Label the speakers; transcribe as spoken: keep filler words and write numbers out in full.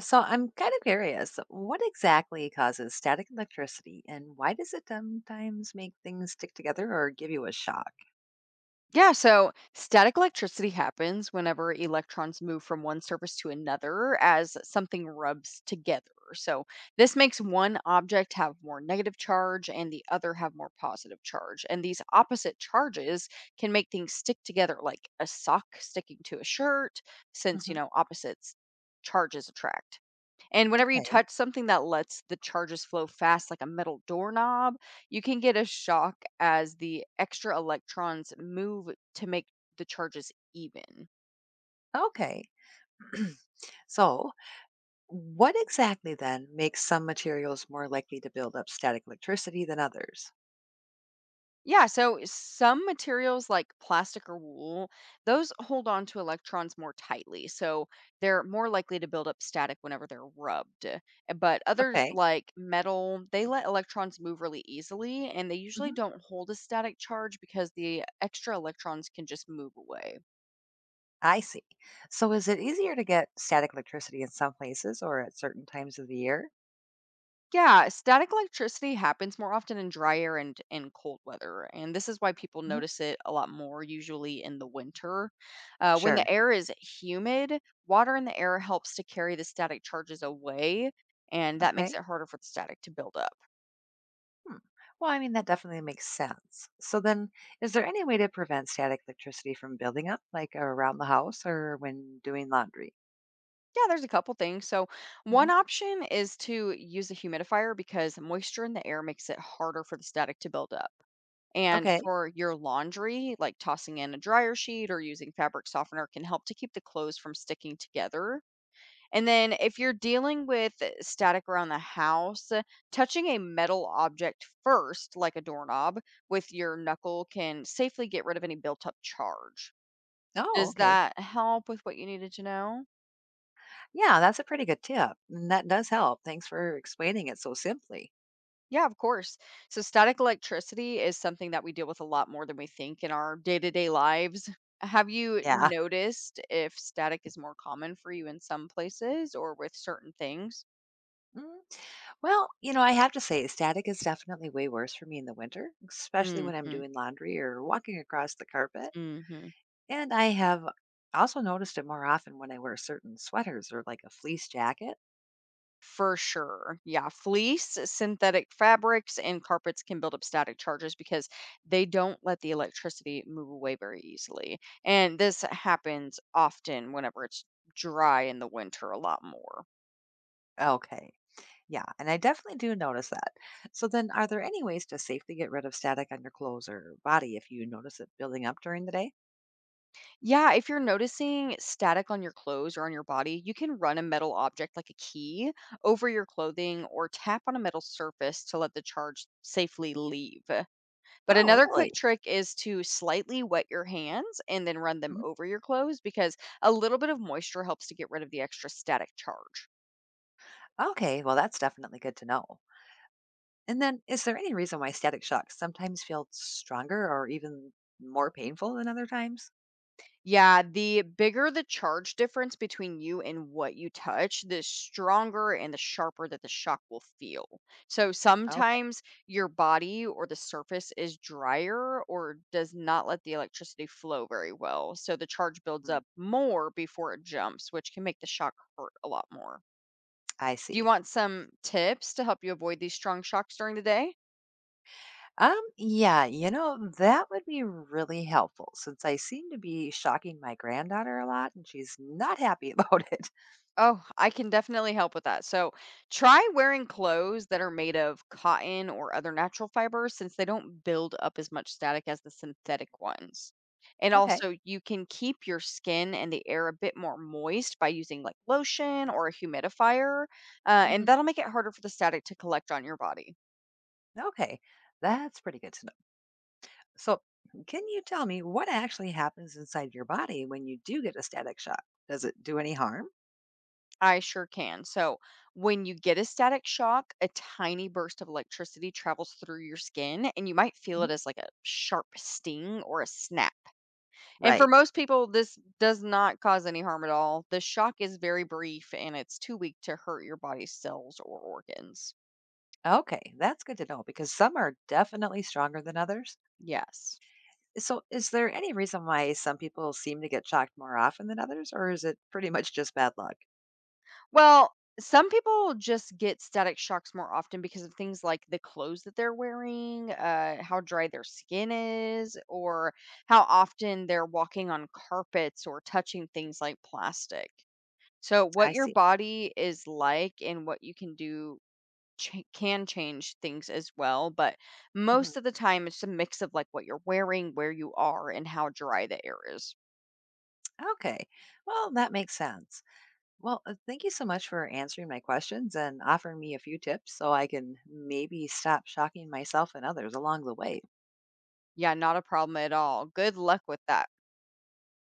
Speaker 1: So I'm kind of curious, what exactly causes static electricity and why does it sometimes make things stick together or give you a shock?
Speaker 2: Yeah, so static electricity happens whenever electrons move from one surface to another as something rubs together. So, this makes one object have more negative charge and the other have more positive charge. And these opposite charges can make things stick together, like a sock sticking to a shirt, since, you
Speaker 1: hmm
Speaker 2: know, opposites charges attract. And whenever you
Speaker 1: Okay.
Speaker 2: touch something that lets the charges flow fast, like a metal doorknob, you can get a shock as the extra electrons move to make the charges even.
Speaker 1: Okay. So, what exactly then makes some materials more likely to build up static electricity than others?
Speaker 2: Yeah, so some materials like plastic or wool, those hold on to electrons more tightly. So they're more likely to build up static whenever they're rubbed. Uh, But others
Speaker 1: Okay.
Speaker 2: like metal, they let electrons move really easily and they usually
Speaker 1: hmm
Speaker 2: don't hold a static charge because the extra electrons can just move away.
Speaker 1: I see. So, is it easier to get static electricity in some places or at certain times of the year?
Speaker 2: Yeah, static electricity happens more often in dry air and in cold weather, and this is why people
Speaker 1: hmm
Speaker 2: notice it a lot more usually in the winter. Uh, when
Speaker 1: Sure.
Speaker 2: the air is humid, water in the air helps to carry the static charges away, and that makes
Speaker 1: Okay.
Speaker 2: it harder for the static to build up.
Speaker 1: Hmm. Well, I mean, that definitely makes sense. So, then is there any way to prevent static electricity from building up, like around the house or when doing laundry?
Speaker 2: Yeah, there's a couple things. So,
Speaker 1: hmm
Speaker 2: one option is to use a humidifier because moisture in the air makes it harder for the static to build up. And
Speaker 1: Okay.
Speaker 2: for your laundry, like tossing in a dryer sheet or using fabric softener can help to keep the clothes from sticking together. And then if you're dealing with static around the house, uh, touching a metal object first, like a doorknob, with your knuckle can safely get rid of any built up charge.
Speaker 1: Oh,
Speaker 2: Does
Speaker 1: okay.
Speaker 2: that help with what you needed to know?
Speaker 1: Yeah, that's a pretty good tip, and that does help. Thanks for explaining it so simply.
Speaker 2: Yeah, of course. So, static electricity is something that we deal with a lot more than we think in our day to day lives. Have you
Speaker 1: Yeah.
Speaker 2: noticed if static is more common for you in some places or with certain things?
Speaker 1: Mm, Well, you know, I have to say, static is definitely way worse for me in the winter, especially when I'm
Speaker 2: Hmm.
Speaker 1: doing laundry or walking across the carpet.
Speaker 2: Hmm.
Speaker 1: And I have also noticed it more often when I wear certain sweaters or like a fleece jacket.
Speaker 2: For sure. Yeah. Fleece, synthetic fabrics, and carpets can build up static charges because they don't let the electricity move away very easily. And this happens often whenever it's dry in the winter a lot more.
Speaker 1: Okay. Yeah, and I definitely do notice that. So then, are there any ways to safely get rid of static on your clothes or body if you notice it building up during the day?
Speaker 2: Yeah, if you're noticing static on your clothes or on your body, you can run a metal object like a key over your clothing or tap on a metal surface to let the charge safely leave. But
Speaker 1: Oh,
Speaker 2: another quick
Speaker 1: really?
Speaker 2: trick is to slightly wet your hands and then run them
Speaker 1: Mhm.
Speaker 2: over your clothes because a little bit of moisture helps to get rid of the extra static charge.
Speaker 1: Okay, well, that's definitely good to know. And then, is there any reason why static shocks sometimes feel stronger or even more painful than other times?
Speaker 2: Yeah, the bigger the charge difference between you and what you touch, the stronger and the sharper that the shock will feel. So
Speaker 1: Okay,
Speaker 2: sometimes your body or the surface is drier or does not let the electricity flow very well. So the charge builds
Speaker 1: mm,
Speaker 2: up more before it jumps, which can make the shock hurt a lot more.
Speaker 1: I
Speaker 2: Do you
Speaker 1: see.
Speaker 2: want some tips to help you avoid these strong shocks during the day?
Speaker 1: Um, yeah, you know, that would be really helpful since I seem to be shocking my granddaughter a lot and she's not happy about it.
Speaker 2: Oh, I can definitely help with that. So, try wearing clothes that are made of cotton or other natural fibers since they don't build up as much static as the synthetic ones. And
Speaker 1: Okay,
Speaker 2: also, you can keep your skin and the air a bit more moist by using like lotion or a humidifier, uh, and
Speaker 1: hmm,
Speaker 2: that'll make it harder for the static to collect on your body.
Speaker 1: okay, that's pretty good to know. So, can you tell me what actually happens inside your body when you do get a static shock? Does it do any harm?
Speaker 2: I sure can. So, when you get a static shock, a tiny burst of electricity travels through your skin, and you might feel it
Speaker 1: Mhm.
Speaker 2: as like a sharp sting or a snap. And for
Speaker 1: Right.
Speaker 2: most people, this does not cause any harm at all. The shock is very brief and it's too weak to hurt your body's cells or organs.
Speaker 1: Okay, that's good to know because some are definitely stronger than others.
Speaker 2: Yes.
Speaker 1: So, is there any reason why some people seem to get shocked more often than others, or is it pretty much just bad luck?
Speaker 2: Well, some people just get static shocks more often because of things like the clothes that they're wearing, uh, how dry their skin is, or how often they're walking on carpets or touching things like plastic. So, what
Speaker 1: I
Speaker 2: your
Speaker 1: see.
Speaker 2: body is like and what you can do cha can change things as well, but
Speaker 1: hmm
Speaker 2: most of the time, it's a mix of, like, what you're wearing, where you are, and how dry the air is.
Speaker 1: Okay, well, that makes sense. Well, uh, thank you so much for answering my questions and offering me a few tips so I can maybe stop shocking myself and others along the way.
Speaker 2: Yeah, not a problem at all. Good luck with that.